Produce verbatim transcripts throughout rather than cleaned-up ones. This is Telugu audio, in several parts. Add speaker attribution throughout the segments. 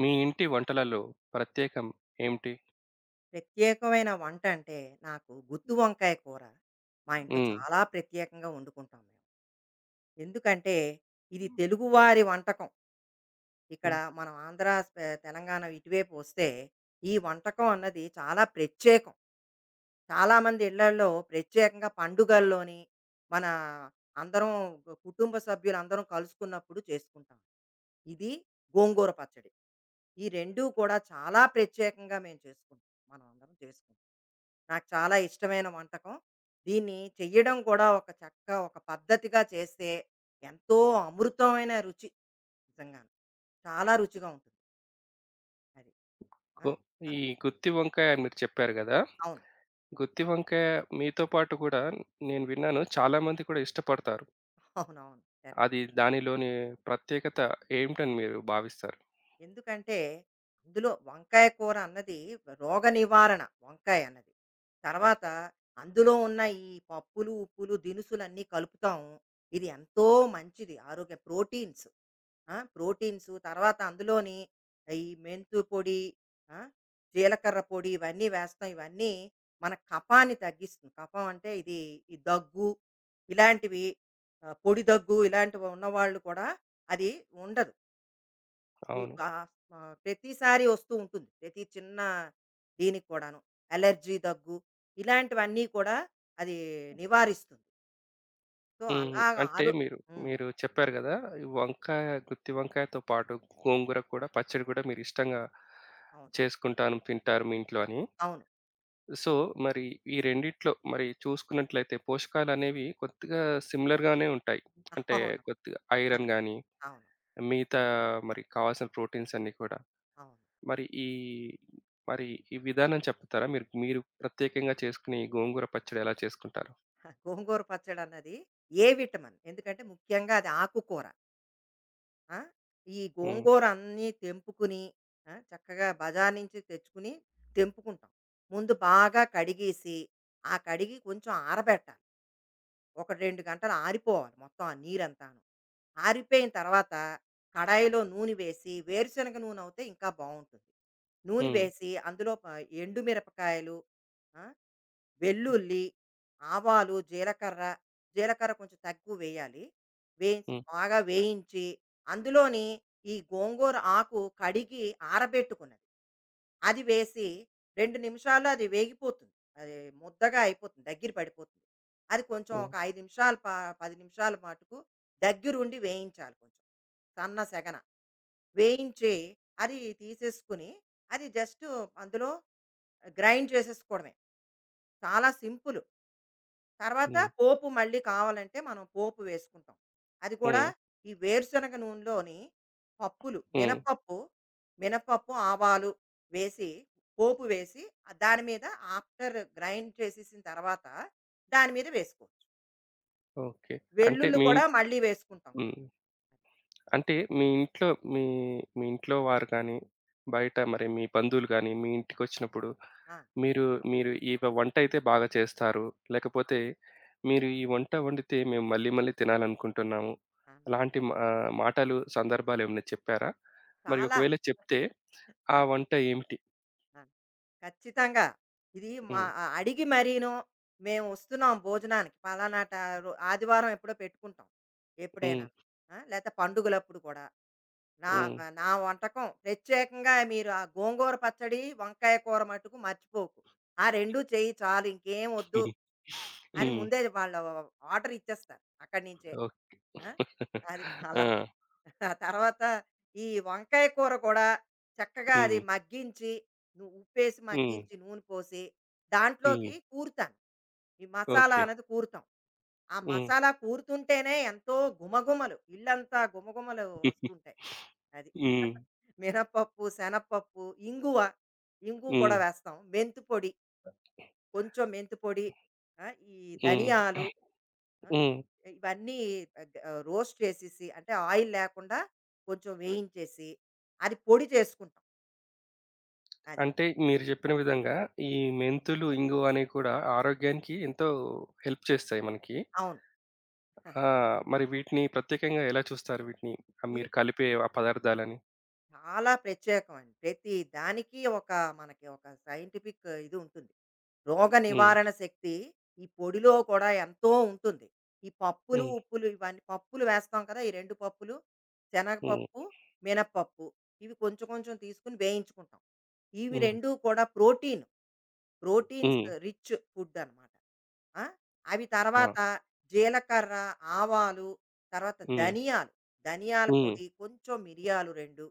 Speaker 1: మీ ఇంటి వంటలలో ప్రత్యేకం ఏమిటి?
Speaker 2: ప్రత్యేకమైన వంట అంటే నాకు గుత్తి వంకాయ కూర. మా ఇంట్లో
Speaker 1: హ్మ్.
Speaker 2: చాలా ప్రత్యేకంగా వండుకుంటాం మేము. ఎందుకంటే ఇది తెలుగువారి వంటకం. ఇక్కడ
Speaker 1: హ్మ్.
Speaker 2: మనం ఆంధ్ర స్ప- తెలంగాణ ఇటువైపు వస్తే ఈ వంటకం అన్నది చాలా ప్రత్యేకం. చాలామంది ఇళ్లలో ప్రత్యేకంగా పండుగల్లోని మన అందరం, కుటుంబ సభ్యులు అందరం కలుసుకున్నప్పుడు చేసుకుంటాం. ఇది గోంగూర పచ్చడి. ఈ రెండు కూడా చాలా ప్రత్యేకంగా మేము చేసుకుంటాం, మనం అందరం చేసుకుంటాం. నాకు చాలా ఇష్టమైన వంటకం. దీన్ని చెయ్యడం కూడా ఒక చక్క ఒక పద్ధతిగా చేస్తే ఎంతో అమృతమైన రుచి, నిజంగాను. చాలా రుచిగా ఉంటుంది అది. ఆ!
Speaker 1: గు
Speaker 2: ఆ!
Speaker 1: ఈ గుత్తి వంకాయ అని మీరు చెప్పారు గదా!
Speaker 2: అవును.
Speaker 1: గుత్తి వంకాయ మీతో పాటు గూడా నేను విన్నాను చాలామంది కూడా ఇష్టపడతారు.
Speaker 2: అవునవును. కరెక్ట్.
Speaker 1: అది దానిలోని ప్రత్యేకత ఏమిటని మీరు భావిస్తారు?
Speaker 2: ఎందుకంటే అందులో వంకాయ కూర అన్నది రోగ నివారణ, వంకాయ అన్నది. తర్వాత అందులో ఉన్న ఈ పప్పులు, ఉప్పులు, దినుసులన్నీ కలుపుతాం. ఇది ఎంతో మంచిది, ఆరోగ్య ప్రోటీన్స్. ఆ! ప్రోటీన్స్ తర్వాత అందులోని ఈ మెంతు పొడి, ఆ! జీలకర్ర పొడి ఇవన్నీ వేస్తాం. ఇవన్నీ మన కఫాన్ని తగ్గిస్తుంది. కఫం అంటే ఇది ఈ దగ్గు ఇలాంటివి, ఆహ్, పొడి దగ్గు ఇలాంటివి ఉన్నవాళ్ళు కూడా అది ఉండదు. వి
Speaker 1: అవును.
Speaker 2: ఆహ్, ఆహ్, ప్రతిసారి వస్తూ ఉంటుంది. ప్రతి చిన్న దీనికి కూడాను. అలర్జీ దగ్గు ఇలాంటివన్నీ కూడా అది నివారిస్తుంది. సో,
Speaker 1: హ్మ్.
Speaker 2: అలాగా
Speaker 1: అంటే
Speaker 2: ఆరో
Speaker 1: మీరు
Speaker 2: హ్మ్.
Speaker 1: మీరు చెప్పారు గదా! ఈ వంకాయ గుత్తి వంకాయతో పాటు గోంగూర కూడా పచ్చడి కూడా మీరు ఇష్టంగా
Speaker 2: అవును.
Speaker 1: చేసుకుంటాను, తింటారు మీ ఇంట్లో అని.
Speaker 2: అవును.
Speaker 1: సో, మరి ఈ రెండిట్లో మరి చూసుకున్నట్లయితే పోషకాలనేవి కొద్దిగా సిమిలర్ గానే ఉంటాయి. అంటే
Speaker 2: అవును.
Speaker 1: కొద్దిగా ఐరన్
Speaker 2: అదే.
Speaker 1: గాని,
Speaker 2: అవును.
Speaker 1: మిగతా మరి కావాల్సిన ప్రోటీన్స్ అన్నీ కూడా.
Speaker 2: అవును.
Speaker 1: మరి ఈ మరి ఈ విధానం చెప్తారా? మీరు మీరు ప్రత్యేకంగా చేసుకునే ఈ గోంగూర పచ్చడి ఎలా చేసుకుంటారు?
Speaker 2: హ, గోంగూర పచ్చడన్నది ఏ విటమిన్? ఎందుకంటే ముఖ్యంగా అది ఆకుకూర. ఆ! ఈ
Speaker 1: హ్మ్.
Speaker 2: గోంగూర అన్నీ తెంపుకుని, ఆ! చక్కగా బజార్ నుంచి తెచ్చుకుని తెంపుకుంటాం. ముందు బాగా కడిగేసి, ఆ కడిగి కొంచెం ఆరబెట్టాలి. ఒక రెండు గంటలు ఆరిపోవాలి, మొత్తం ఆ నీరంతాను. ఆరిపోయిన తర్వాత కడాయిలో నూనె వేసి, వేరుశనగ నూనె అవుతే ఇంకా బావుంటుంది. నూనె
Speaker 1: హ్మ్.
Speaker 2: వేసి అందులో ప ఎండు మిరపకాయలు, ఆ! వెల్లుల్లి, ఆవాలు, జీలకర్ర, జీలకర్ర కొంచెం తక్కువ వేయాలి. వేయించి
Speaker 1: హ్మ్.
Speaker 2: బాగా వేయించి, అందులోని ఈ గోంగూర ఆకు కడిగి ఆరబెట్టుకున్నది అది వేసి రెండు నిమిషాల్లో అది వేగిపోతుంది. అది ముద్దగా అయిపోతుంది, దగ్గర పడిపోతుంది. అది కొంచెం
Speaker 1: హ్మ్.
Speaker 2: ఒక ఐదు నిమిషాలు ప పది నిమిషాల మటుకు దగ్గరుండి వేయించాలి కొంచెం, సన్న సెగన. వేయించి అది తీసేసుకుని, అది జస్టు అందులో గ్రైండ్ చేసేసుకోవడమే. చాలా సింపుల్. తర్వాత
Speaker 1: హ్మ్.
Speaker 2: పోపు మళ్ళీ కావాలంటే మనం పోపు వేసుకుంటాం. అది కూడా
Speaker 1: హ్మ్.
Speaker 2: ఈ వేరుశనగ నూనెలోని పప్పులు,
Speaker 1: హ్మ్.
Speaker 2: మినపప్పు, మినపప్పు, ఆవాలు వేసి పోపు వేసి ఆ దాని మీద, ఆఫ్టర్ గ్రైండ్ చేసేసిన తర్వాత దాని మీద వేసుకోవచ్చు.
Speaker 1: ఓకే. అంటే
Speaker 2: వెల్లుల్లి
Speaker 1: మీ
Speaker 2: కూడా మళ్ళీ వేసుకుంటాం
Speaker 1: హ్మ్.
Speaker 2: కొంచెం.
Speaker 1: అంటే మీ ఇంట్లో మీ మీ ఇంట్లో వారు కానీ, బయట మరి మీ బంధువులు గానీ, మీ ఇంటికొచ్చినప్పుడు
Speaker 2: ఆ!
Speaker 1: మీరు మీరు ఈ వ వంటయితే బాగా చేస్తారు. లేకపోతే మీరు ఈ వంట వండితే మేము మళ్ళీ మళ్ళీ తినాలనుకుంటున్నాము.
Speaker 2: ఆ!
Speaker 1: అలాంటి మా మాటలు, సందర్భాలేమన్నా చెప్పారా? మరి
Speaker 2: చాలా.
Speaker 1: ఒకవేళ చెప్తే
Speaker 2: ఆ!
Speaker 1: ఆ వంట ఏమిటి?
Speaker 2: ఆ! ఖచ్చితంగా. ఇది మా
Speaker 1: హ్మ్.
Speaker 2: అ అడిగి మరీను, మేము వస్తున్నాం భోజనానికి పలానా ట రో, ఆదివారం ఎప్పుడో పెట్టుకుంటాం, ఎప్పుడైనా.
Speaker 1: హ్మ్.
Speaker 2: ఆ! లేతే పండుగలప్పుడు కూడా నా
Speaker 1: హ్మ్.
Speaker 2: మ నా వంటకం ప్రత్యేకంగా, మీరు ఆ గోంగూర పచ్చడి, వంకాయ కూర మట్టుకు మర్చిపోకు. ఆ రెండు చెయ్యి చాలు, ఇంకేం వద్దు
Speaker 1: హ్మ్.
Speaker 2: అని
Speaker 1: హ్మ్.
Speaker 2: ముందే వాళ్ళు ఆర్డర్ ఇచ్చేస్తారు అక్కడి నుంచే.
Speaker 1: ఓకే.
Speaker 2: ఆ! అది.
Speaker 1: ఆ!
Speaker 2: అలాగా. ఆ తర్వాత ఈ వంకాయ కూర కూడా చక్కగా అది
Speaker 1: హ్మ్.
Speaker 2: మగ్గించి, ను ఉప్పేసి
Speaker 1: హ్మ్.
Speaker 2: మగ్గించి నూనె పోసి,
Speaker 1: హ్మ్.
Speaker 2: దాంట్లోకి కూరుతాను. ఈ మసాలా
Speaker 1: ఓకే.
Speaker 2: అనేది కూరుతాం. ఆ
Speaker 1: హ్మ్.
Speaker 2: మసాలా కూరుతుంటేనే ఎంతో గుమగుమలు, ఇల్లంతా గుమగుమలు వస్తుంటాయి. అది.
Speaker 1: హ్మ్.
Speaker 2: మినపప్పు, శనగపప్పు, ఇంగువ, ఇంగువ
Speaker 1: హ్మ్.
Speaker 2: కూడా వేస్తాం. మెంతి పొడి, కొంచెం మెంతి పొడి, ఆ! ఈ
Speaker 1: హ్మ్.
Speaker 2: ధనియాలు, ఆ!
Speaker 1: హ్మ్.
Speaker 2: ఇవన్నీ ఆహ్, ఆహ్, రోస్ట్ చేసేసి, అంటే ఆయిల్ లేకుండా కొంచెం వేయించేసి, అది పొడి చేసుకుంటాం. అది.
Speaker 1: అంటే మీరు చెప్పిన విధంగా ఈ
Speaker 2: హ్మ్.
Speaker 1: మెంతులు, ఇంగువ అనేవి కూడా ఆరోగ్యానికి ఎంతో హెల్ప్ చేస్తాయి మనకి.
Speaker 2: అవును.
Speaker 1: ఆ!
Speaker 2: అదే.
Speaker 1: మరి వీటిని ప్రత్యేకంగా ఎలా చూస్తారు వీటిని? ఆహ్, మీరు
Speaker 2: వీటి
Speaker 1: కలిపే ఆ పదార్థాలని?
Speaker 2: చాలా ప్రత్యేకం అండి. ప్రతి దానికి ఒక, మనకి ఒక సైంటిఫిక్ ఇది ఉంటుంది. రోగ
Speaker 1: హ్మ్.
Speaker 2: నివారణ శక్తి ఈ పొడిలో కూడా ఎంతో ఉంటుంది. ఈ పప్పులు,
Speaker 1: హ్మ్.
Speaker 2: ఉప్పులు ఇవన్నీ పప్పులు వేస్తాం కదా! ఈ రెండు పప్పులు,
Speaker 1: హ్మ్.
Speaker 2: శనగపప్పు, మినపప్పు, ఇవి కొంచెం కొంచెం తీసుకొని వేయించుకుంటాం. ఇవి
Speaker 1: హ్మ్.
Speaker 2: రెండూ కూడా protein. Proteins
Speaker 1: hmm.
Speaker 2: Rich food అనమాట. ఆ! అవి
Speaker 1: ఆ!
Speaker 2: తర్వాత జీలకర్ర, ఆవాలు, తర్వాత
Speaker 1: హ్మ్.
Speaker 2: ధనియాలు, ధనియాల
Speaker 1: హ్మ్.
Speaker 2: పొడి, కొంచెం మిరియాలు రెండు,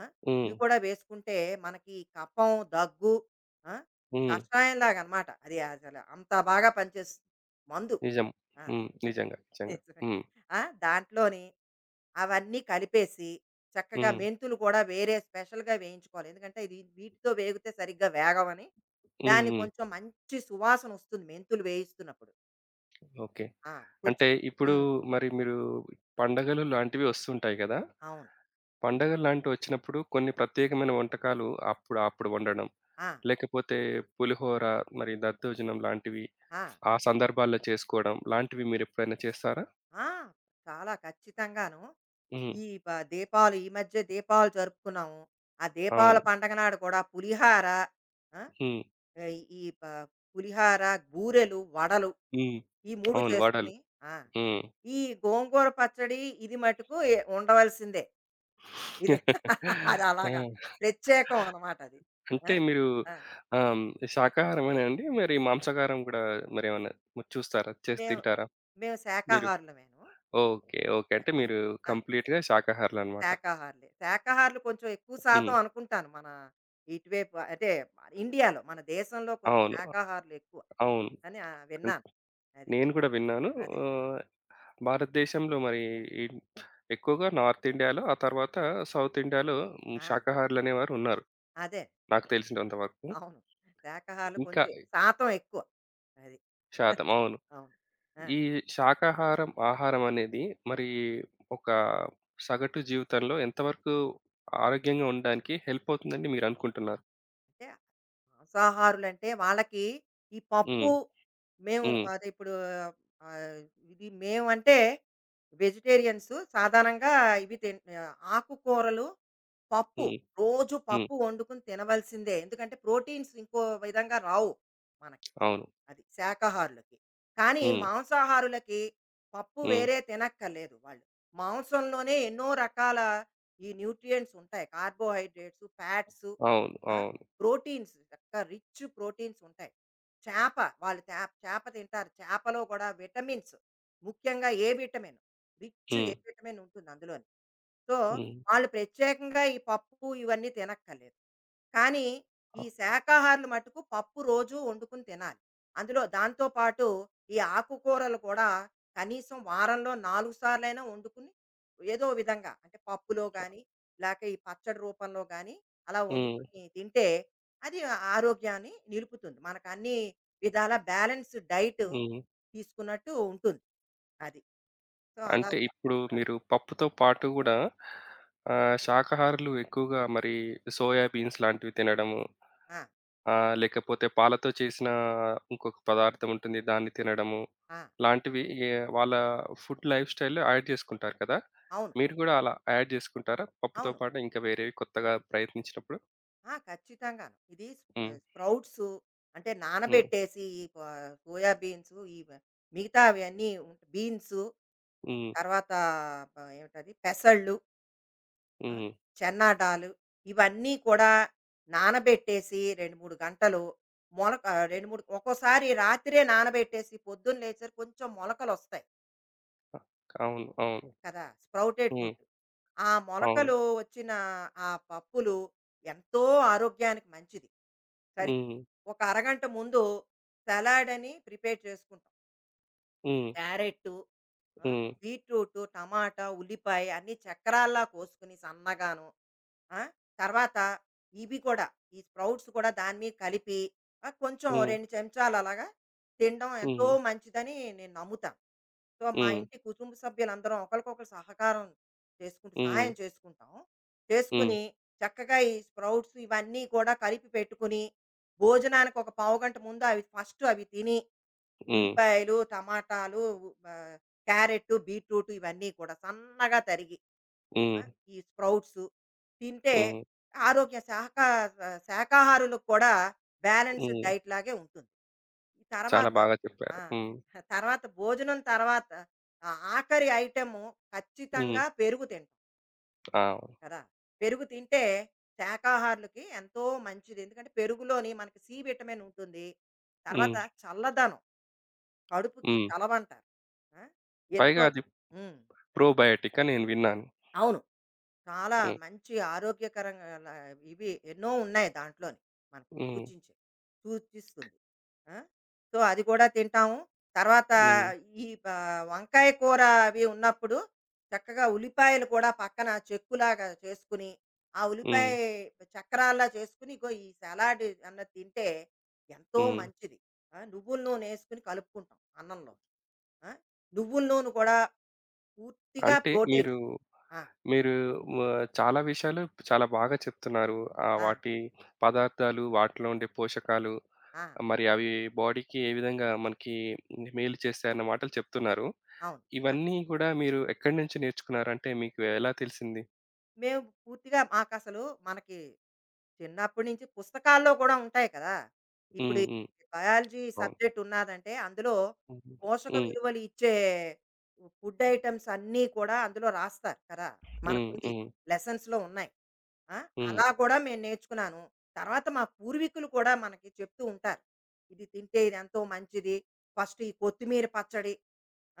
Speaker 2: ఆ!
Speaker 1: హ్మ్.
Speaker 2: ఇవి కూడా వేసుకుంటే మనకి కఫం, దగ్గు, ఆ!
Speaker 1: హ్మ్.
Speaker 2: కషాయంలాగనమాట. అది అసలు అంత బాగా పనిచేస్తుంది మందు.
Speaker 1: నిజం.
Speaker 2: ఆ!
Speaker 1: హ్మ్. నిజంగా. నిజంగా.
Speaker 2: నిజమే.
Speaker 1: హ్మ్.
Speaker 2: ఆ! దాంట్లోని అవన్నీ కలిపేసి చక్కగా
Speaker 1: హ్మ్.
Speaker 2: మెంతులు కూడా వేరే స్పెషల్‌గా వేయించుకోవాలి. ఎందుకంటే ఇది వీటితో వేగితే సరిగ్గా వేగవని.
Speaker 1: హ్మ్.
Speaker 2: దాన్ని
Speaker 1: హ్మ్.
Speaker 2: కొంచెం మంచి సువాసన వస్తుంది మెంతులు వేయిస్తున్నప్పుడు.
Speaker 1: ఓకే.
Speaker 2: ఆ!
Speaker 1: అంటే
Speaker 2: కొంచెం
Speaker 1: ఇప్పుడు
Speaker 2: హ్మ్.
Speaker 1: మరి మీరు పండగలు లాంటివి వస్తుంటాయి కదా!
Speaker 2: అవును.
Speaker 1: పండగలు లాంటివి వచ్చినప్పుడు కొన్ని ప్రత్యేకమైన వంటకాలు అప్పుడు, అప్పుడు వండడం.
Speaker 2: ఆ!
Speaker 1: లేకపోతే పులిహోర, మరి దద్దోజనం లాంటివి
Speaker 2: ఆ!
Speaker 1: ఆ సందర్భాల్లో చేసుకోవడం లాంటివి మీరెప్పుడైనా చేస్తారా?
Speaker 2: ఆ! చాలా ఖచ్చితంగాను.
Speaker 1: హ్మ్.
Speaker 2: ఈ ప దీపాలు ఈ మధ్య దీపాలు జరుపుకున్నాము. ఆ దీపావళ
Speaker 1: అవును.
Speaker 2: పండగ నాడు కూడా పులిహార, ఆ!
Speaker 1: హ్మ్.
Speaker 2: ఈ ప పులిహార, బూరెలు, వడలు
Speaker 1: హ్మ్.
Speaker 2: ఈ మూడు
Speaker 1: అవును. వడలు.
Speaker 2: చేసుకొని, ఆ!
Speaker 1: హ్మ్.
Speaker 2: ఈ గోంగూర పచ్చడి ఇది మటుకు ఎ ఉండవలసిందే. ఇది అది అలాగా
Speaker 1: ఆ!
Speaker 2: ప్రత్యేకం అనమాట అది.
Speaker 1: అంటే
Speaker 2: ఆ!
Speaker 1: మీరు
Speaker 2: ఆ!
Speaker 1: ఆహ్, హ్మ్. శాకాహారమేనా అండి? మరి మాంసాహారం గూడా మరేమన్నా చూస్తారా? చేసి
Speaker 2: మేము
Speaker 1: తింటారా
Speaker 2: మేము
Speaker 1: మీరు?
Speaker 2: శాకాహారులమేను.
Speaker 1: ఓకే.
Speaker 2: అది,
Speaker 1: ఓకే. అంటే మీరు
Speaker 2: శాకాహారులు. ఆ!
Speaker 1: కంప్లీట్‌గా శాకాహారులనమాట.
Speaker 2: శాకాహారులే. శాకాహారులు కొంచెం ఎక్కువ
Speaker 1: హ్మ్.
Speaker 2: శాతం అనుకుంటాను మన ఇటువైపు అంటే, ఇండియాలో మన దేశంలో కొంచెం
Speaker 1: అవును.
Speaker 2: శాకాహారులు ఎక్కువ
Speaker 1: అవును.
Speaker 2: అని ఆహ్,
Speaker 1: హ్మ్.
Speaker 2: విన్నాను. అది.
Speaker 1: నేను కూడా విన్నాను.
Speaker 2: అదే.
Speaker 1: ఆహ్, భారతదేశంలో మరి ఈ ఎక్కువగా నార్త్ ఇండియాలో, ఆ తర్వాత సౌత్ ఇండియాలో హ్మ్,
Speaker 2: ఆ!
Speaker 1: శాకాహారులనేవారు ఉన్నారు.
Speaker 2: అదే.
Speaker 1: నాకు తెలిసినంత వరకు.
Speaker 2: అవును. శాకాహారులు
Speaker 1: ఇంకా
Speaker 2: కొంచెం శాతం ఎక్కువ. అది.
Speaker 1: శాతం అవును.
Speaker 2: అవును. ఆ!
Speaker 1: ఈ శాకాహారం, ఆహారం అనేది మరి ఒక సగటు జీవితంలో ఎంతవరకు ఆరోగ్యంగా ఉండడానికి హెల్ప్ అవుతుందని మీరనుకుంటున్నారు?
Speaker 2: అంటే మాంసాహారులంటే వాళ్ళకి ఈ పప్పు,
Speaker 1: హ్మ్.
Speaker 2: మేము
Speaker 1: హ్మ్.
Speaker 2: అదే ఇప్పుడు, ఆ, ఇది మేమంటే వెజిటేరియన్స్ సాధారణంగా ఇవి తిన్ ఆ, ఆకుకూరలు, పప్పు,
Speaker 1: హ్మ్.
Speaker 2: రోజు
Speaker 1: హ్మ్.
Speaker 2: పప్పు వండుకుని తినవలసిందే. ఎందుకంటే ప్రోటీన్స్ ఇంకో విధంగా రావు మనకి,
Speaker 1: అవును.
Speaker 2: అది శాకాహారులకి. కానీ
Speaker 1: హ్మ్.
Speaker 2: మాంసాహారులకి పప్పు
Speaker 1: హ్మ్.
Speaker 2: వేరే తినక్కర్లేదు వాళ్ళు. మాంసంలోనే ఎన్నో రకాల ఈ న్యూట్రియంట్స్ ఉంటాయి. కార్బోహైడ్రేట్స్, ఫ్యాట్స్,
Speaker 1: అవును.
Speaker 2: ఆ!
Speaker 1: అవును.
Speaker 2: ప్రోటీన్స్ చక్కగా రిచ్ ప్రోటీన్స్ ఉంటాయి. చేప వాళ్ళు తే చేప తింటారు. చేపలో కూడా విటమిన్స్, ముఖ్యంగా ఏ విటమిన్, రిచ్
Speaker 1: హ్మ్.
Speaker 2: ఏ విటమిన్ ఉంటుంది అందులోని. సో,
Speaker 1: హ్మ్.
Speaker 2: వాళ్ళు ప్రత్యేకంగా ఈ పప్పు ఇవన్నీ తినక్కర్లేదు. కానీ
Speaker 1: అ
Speaker 2: ఈ శాకాహారులు మట్టుకు పప్పు రోజు వండుకుని తినాలి. అందులో దాంతో పాటు ఈ ఆకుకూరలు కూడా కనీసం వారంలో నాలుగు సార్లైనా వండుకుని, ఏదో విధంగా అంటే పప్పులో గానీ, లేక ఈ పచ్చడి రూపంలో గానీ అలా
Speaker 1: హ్మ్.
Speaker 2: వండుకుని తింటే అది ఆరోగ్యాన్ని నిలుపుతుంది. మనకన్ని విధాలా బ్యాలెన్స్ డైట్
Speaker 1: హ్మ్.
Speaker 2: తీసుకున్నట్టు ఉంటుంది. అది. సో
Speaker 1: అంటే
Speaker 2: అలాగా.
Speaker 1: ఇప్పుడు మీరు పప్పుతో పాటు గూడా ఆహ్, శాకాహారులు ఎక్కువగా మరి సోయా బీన్స్ లాంటివి తినడము,
Speaker 2: ఆ!
Speaker 1: ఆహ్, లేకపోతే పాలతో చేసిన ఇంకొక పదార్థం ఉంటుంది. దాన్ని తినడము
Speaker 2: ఆ!
Speaker 1: లాంటివి ఏ వాళ్ళ ఫుడ్ లైఫ్ స్టైల్‌లో యాడ్ చేసుకుంటారు కదా!
Speaker 2: అవును.
Speaker 1: మీరు గూడా అలా యాడ్ చేసుకుంటారా? పప్పుతో
Speaker 2: అవును.
Speaker 1: పాటు ఇంకా వేరేవి కొత్తగా ప్రయత్నించినప్పుడు?
Speaker 2: ఆ! ఖచ్చితంగాను. ఇది స్
Speaker 1: హ్మ్.
Speaker 2: ఆహ్, స్ప్రౌట్సు అంటే
Speaker 1: హ్మ్.
Speaker 2: నానబెట్టేసి ఈ ప సోయా బీన్సు, ఇవ మిగతావన్నీ ఉంట బీన్సు,
Speaker 1: హ్మ్.
Speaker 2: తర్వాత ప ఏమిటది పెసళ్ళు, ఆ!
Speaker 1: హ్మ్.
Speaker 2: చెన్నాడాలు, ఇవన్నీ కూడా నానబెట్టేసి రెండు, మూడు గంటలు, మొలక రెండు, మూడు ఒక్కోసారి రాత్రే నానబెట్టేసి పొద్దున్న లేచేసరికి కొంచెం మొలకలొస్తాయి
Speaker 1: అవును. అవును.
Speaker 2: కదా! స్ప్రౌటెడ్
Speaker 1: హ్మ్.
Speaker 2: ఫుడ్. ఆ
Speaker 1: అవును.
Speaker 2: మొలకలు వచ్చిన ఆ పప్పులు ఎంతో ఆరోగ్యానికి మంచిది. సరి
Speaker 1: హ్మ్.
Speaker 2: ఒక అరగంట ముందు సలాడ్ అని ప్రిపేర్ చేసుకుంటాం.
Speaker 1: హ్మ్.
Speaker 2: క్యారెట్టు, ఆ!
Speaker 1: హ్మ్.
Speaker 2: బీట్రూటు, టమాటా, ఉల్లిపాయ అన్నీ చక్రాల్లా కోసుకొని సన్నగాను. ఆ! తర్వాత ఇవి కూడా, ఈ స్ప్రౌట్స్ కూడా దాని మీద కలిపి, ఆ! కొంచెం ఓ
Speaker 1: హ్మ్.
Speaker 2: రెండు చెంచాలు అలాగా తినడం ఎంతో
Speaker 1: హ్మ్.
Speaker 2: మంచిదని నేను నమ్ముతాను. సో, మా
Speaker 1: హ్మ్.
Speaker 2: ఇంటి కుటుంబ సభ్యులందరం ఒకరికొకరు సహకారం చేసుకుంటూ
Speaker 1: హ్మ్.
Speaker 2: సహాయం చేసుకుంటాం.
Speaker 1: హ్మ్.
Speaker 2: చేసుకుని చక్కగా ఈ స్ప్రౌట్స్ ఇవన్నీ కూడా కలిపి పెట్టుకుని, భోజనానికి ఒక పావుగంట ముందు అవి ఫస్ట్ అవి తిని,
Speaker 1: హ్మ్.
Speaker 2: ఉల్లిపాయలు, టమాటాలు, ఆహ్, క్యారెట్టు, బీట్రూటు ఇవన్నీ కూడా సన్నగా తరిగి,
Speaker 1: హ్మ్.
Speaker 2: ఆ! ఈ స్ప్రౌట్సు తింటే
Speaker 1: హ్మ్.
Speaker 2: ఆరోగ్య శాఖ శాఖాహారులకు కూడా బ్యాలెన్స్‌డ్
Speaker 1: హ్మ్.
Speaker 2: డైట్ లాగే ఉంటుంది. ఈ
Speaker 1: చాలా
Speaker 2: తర్వాత,
Speaker 1: బాగా చెప్పారు.
Speaker 2: ఆ!
Speaker 1: హ్మ్.
Speaker 2: తర్వాత భోజనం తర్వాత ఆ ఆఖరి ఐటెము
Speaker 1: హ్మ్.
Speaker 2: ఖచ్చితంగా పెరుగు తింటాం
Speaker 1: అవును.
Speaker 2: కదా! పెరుగు తింటే శాకాహారులకి ఎంతో మంచిది. ఎందుకంటే పెరుగులోని మనకి సి విటమిన్ ఉంటుంది.
Speaker 1: హ్మ్.
Speaker 2: తర్వాత చల్లదనం, కడుపుకి
Speaker 1: హ్మ్.
Speaker 2: చలవంటారు. ఆ! ఎంతో
Speaker 1: పైగా అది
Speaker 2: హ్మ్.
Speaker 1: ప్రోబయోటిక్ అని నేను విన్నాను.
Speaker 2: అవును. చాలా
Speaker 1: హ్మ్.
Speaker 2: మంచి ఆరోగ్యకరంగా ల- ఇవి ఎన్నో ఉన్నాయి దాంట్లోని, మనకి
Speaker 1: హ్మ్.
Speaker 2: సూచించే సూచిస్తుంది ఆ? సో అది కూడా తింటాము. తర్వాత
Speaker 1: హ్మ్.
Speaker 2: ఈ ఆ, వంకాయ కూర అవి ఉన్నప్పుడు చక్కగా ఉల్లిపాయలు కూడా పక్కన చెక్కులాగా చేసుకుని, ఆ ఉల్లిపాయ
Speaker 1: హ్మ్.
Speaker 2: చక్రాల్లా చేసుకుని ఇగో ఈ సలాడ్ అన్నది తింటే ఎంతో
Speaker 1: హ్మ్.
Speaker 2: మంచిది. ఆ, నువ్వుల నూనె వేసుకుని కలుపుకుంటాం అన్నంలో, ఆ? నువ్వుల నూనె కూడా పూర్తిగా
Speaker 1: అంటే మీరు,
Speaker 2: ప్రోటీన్స్. ఆ,
Speaker 1: మీరు వ చాలా విషయాలు చాలా బాగా చెప్తున్నారు. ఆహ్,
Speaker 2: ఆ,
Speaker 1: వాటి పదార్థాలు, వాటిలో ఉండే పోషకాలు,
Speaker 2: ఆ.
Speaker 1: మరి అవి బాడీకి ఏ విధంగా మనకి మేలు చేస్తాయన్న మాటలు చెప్తున్నారు.
Speaker 2: అవును.
Speaker 1: ఇవన్నీ గూడా మీరు ఎక్కడి నుంచి నేర్చుకున్నారు? అంటే మీకు ఎలా తెలిసింది?
Speaker 2: మేము పూర్తిగా మాకసలు మనకి చిన్నప్పటి నుంచి పుస్తకాల్లో కూడా ఉంటాయి కదా! ఇప్పుడు
Speaker 1: హ్మ్.
Speaker 2: ఈ
Speaker 1: హ్మ్.
Speaker 2: బయాలజీ
Speaker 1: అవును.
Speaker 2: సబ్జెక్ట్ ఉన్నాదంటే అందులో
Speaker 1: హ్మ్.
Speaker 2: పోషక
Speaker 1: హ్మ్.
Speaker 2: విలువలు ఇచ్చే ఫుడ్ ఐటెమ్స్ అన్నీ కూడా అందులో రాస్తారు కదా!
Speaker 1: హ్మ్.
Speaker 2: మనకుంది.
Speaker 1: హ్మ్.
Speaker 2: లెసన్స్‌లో ఉన్నాయి. ఆ!
Speaker 1: హ్మ్.
Speaker 2: అలా కూడా మేము నేర్చుకున్నాను. తర్వాత మా పూర్వీకులు కూడా మనకి చెప్తూ ఉంటారు, ఇది తింటే ఇదెంతో మంచిది. ఫస్ట్ ఈ కొత్తిమీర పచ్చడి,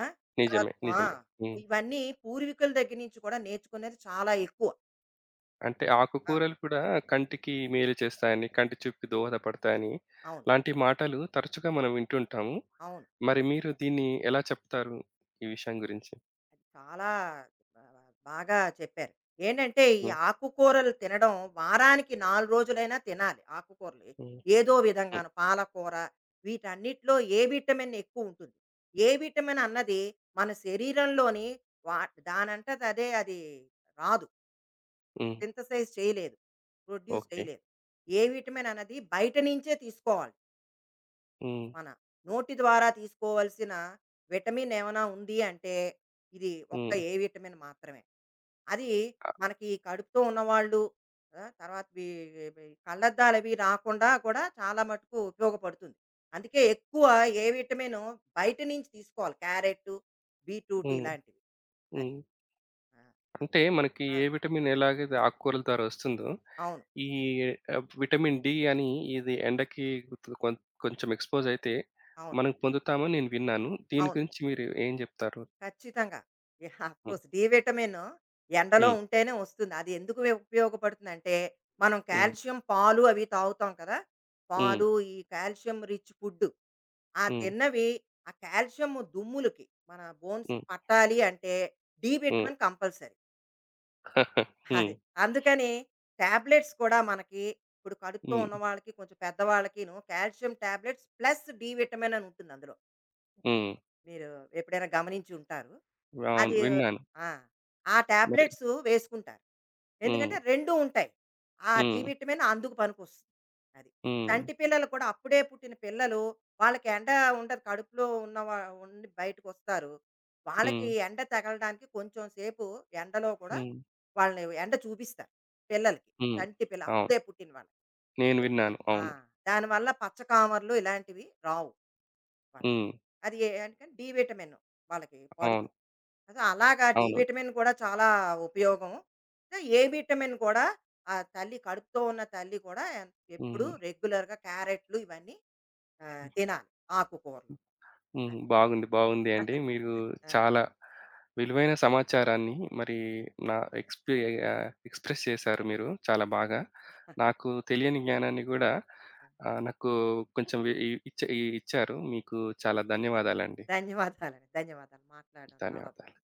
Speaker 2: ఆ! తర్వాత,
Speaker 1: నిజమే.
Speaker 2: ఆ!
Speaker 1: నిజమే. హ్మ్.
Speaker 2: ఇవన్నీ పూర్వీకుల దగ్గర నుంచి కూడా నేర్చుకునేది చాలా ఎక్కువ.
Speaker 1: అంటే
Speaker 2: ఆ!
Speaker 1: ఆకుకూరలు కూడా కంటికి మేలు చేస్తాయని, కంటి చూపుకి దోహదపడతాయని
Speaker 2: అవును.
Speaker 1: లాంటి మాటలు తరచుగా మనం వింటుంటాము.
Speaker 2: అవును.
Speaker 1: మరి మీరు దీన్ని ఎలా చెప్తారు? ఈ విషయం గురించి?
Speaker 2: అది చాలా ఆహ్, బాగా చెప్పారు. ఏంటంటే ఈ
Speaker 1: హ్మ్.
Speaker 2: ఆకుకూరలు తినడం వారానికి నాలుగు రోజులైనా తినాలి, ఆకుకూరలు.
Speaker 1: హ్మ్.
Speaker 2: ఏదో
Speaker 1: హ్మ్.
Speaker 2: విధంగాను పాలకూర వీటన్నిటిలో ఏ విటమిన్ ఎక్కువ ఉంటుంది. ఏ విటమిన్ అన్నది మన శరీరంలోని, వా దానంతట అదే అది రాదు,
Speaker 1: హ్మ్.
Speaker 2: సింథసైజ్ చేయలేదు, ప్రొడ్యూస్
Speaker 1: ఓకే.
Speaker 2: చేయలేదు. ఏ విటమిన్ అన్నది బయట నుంచే తీసుకోవాలి.
Speaker 1: హ్మ్.
Speaker 2: మన నోటి ద్వారా తీసుకోవలసిన విటమిన్ ఏమైనా ఉంది అంటే ఇది ఒక్క
Speaker 1: హ్మ్.
Speaker 2: ఏ విటమిన్ మాత్రమే. అది
Speaker 1: ఆహ్,
Speaker 2: మనకి ఈ కడుపుతో ఉన్నవాళ్ళు, ఆ! తర్వాత వీ వీ కళ్ళద్దాలవి రాకుండా కూడా చాలా మటుకు ఉపయోగపడుతుంది. అందుకే ఎక్కువ ఏ విటమిన్ బయట నుంచి తీసుకోవాలి. క్యారెట్టు, బీట్రూటు
Speaker 1: హ్మ్.
Speaker 2: ఇలాంటివి. అది.
Speaker 1: హ్మ్.
Speaker 2: ఆ!
Speaker 1: అంటే మనకి
Speaker 2: ఆ!
Speaker 1: ఏ విటమిన్ ఎలాగైతే ఆకుకూరల ద్వారా వస్తుందో,
Speaker 2: అవును.
Speaker 1: ఈ ఆహ్, విటమిన్ డి అని ఇది ఎండకి కొం కొంచెం ఎక్స్‌పోజ్ అయితే
Speaker 2: అవును.
Speaker 1: మనం పొందుతామని నేను విన్నాను. దీని
Speaker 2: అవును.
Speaker 1: గురించి మీరు ఏం చెప్తారు?
Speaker 2: ఖచ్చితంగా. యాహ్!
Speaker 1: హ్మ్.
Speaker 2: అఫ్కోర్స్. డి విటమిన్ ఎండలో
Speaker 1: హ్మ్.
Speaker 2: ఉంటేనే వస్తుంది. అది ఎందుకు ఉపయోగపడుతుందంటే, మనం
Speaker 1: హ్మ్.
Speaker 2: కాల్షియం పాలు అవి తాగుతాం కదా!
Speaker 1: హ్మ్.
Speaker 2: పాలు, ఈ కాల్షియం రిచ్ ఫుడ్. ఆ
Speaker 1: హ్మ్.
Speaker 2: తిన్నవి ఆ కాల్షియం దుమ్ములకి మన బోన్స్‌కి
Speaker 1: హ్మ్.
Speaker 2: పట్టాలి అంటే డి
Speaker 1: హ్మ్.
Speaker 2: Vitamin compulsory.
Speaker 1: హ్మ్.
Speaker 2: అది. అందుకని టాబ్లెట్స్ కూడా మనకి ఇప్పుడు కడుపుతో
Speaker 1: హ్మ్.
Speaker 2: ఉన్నవాళ్ళకి, కొంచెం పెద్దవాళ్ళకిను calcium tablets plus D vitamin అని ఉంటుంది అందులో.
Speaker 1: హ్మ్.
Speaker 2: మీరు ఎప్పుడైనా గమనించి ఉంటారు.
Speaker 1: అవును.
Speaker 2: అది.
Speaker 1: విన్నాను.
Speaker 2: ఆ! ఆ
Speaker 1: మరి
Speaker 2: టాబ్లెట్స్ వేసుకుంటారు,
Speaker 1: హ్మ్.
Speaker 2: ఎందుకంటే రెండు ఉంటాయి. ఆ డి
Speaker 1: హ్మ్.
Speaker 2: విటమిన్ అందుకు పనికొస్తుంది. అది.
Speaker 1: హ్మ్.
Speaker 2: చంటి పిల్లలు కూడా, అప్పుడే పుట్టిన పిల్లలు, వాళ్ళకి ఎండ ఉండదు. కడుపులో ఉన్న వా ఉండి బయటకొస్తారు.
Speaker 1: హ్మ్.
Speaker 2: వాళ్ళకి ఎండ తగలడానికి కొంచెం సేపు ఎండలో కూడా
Speaker 1: హ్మ్.
Speaker 2: వాళ్ళని ఎండ చూపిస్తారు, పిల్లలకి.
Speaker 1: హ్మ్.
Speaker 2: చంటి పిల్ల
Speaker 1: అవును.
Speaker 2: అప్పుడే పుట్టిన వాళ్ళకి.
Speaker 1: నేను విన్నాను.
Speaker 2: ఆ!
Speaker 1: అవును.
Speaker 2: దానివల్ల పచ్చకామర్లు ఇలాంటివి రావు వాళ్ళకి.
Speaker 1: హ్మ్.
Speaker 2: అది ఏ అంటే డి విటమిన్ వాళ్ళకి
Speaker 1: అవును.
Speaker 2: పడుతుంది. అదే అలాగా డి
Speaker 1: అవును.
Speaker 2: విటమిన్ కూడా చాలా ఉపయోగం. ఇంకా ఏ విటమిన్ కూడా, ఆ తల్లి కడుపుతో ఉన్న తల్లి కూడా ఎప్పుడూ
Speaker 1: హ్మ్.
Speaker 2: రెగ్యులర్‌గా క్యారెట్లు ఇవన్నీ ఆహ్, తినాలి, ఆకుకూరలు.
Speaker 1: హ్మ్.
Speaker 2: అది.
Speaker 1: బాగుంది. బాగుంది అండి. మీరు
Speaker 2: ఆ!
Speaker 1: చాలా విలువైన సమాచారాన్ని మరి నా ఎక్స్‌పి ఆహ్, ఎక్స్‌ప్రెస్ చేశారు మీరు చాలా బాగా. నాకు తెలియని జ్ఞానాన్ని గూడా ఆహ్, నాకు కొంచెం ఇ ఇ ఇచ్చ ఇ ఇచ్చారు. మీకు చాలా ధన్యవాదాలండి.
Speaker 2: ధన్యవాదాలండి. ధన్యవాదాలు. మాట్లాడడం చాలా
Speaker 1: ధన్యవాదాలు.
Speaker 2: బాగుంది.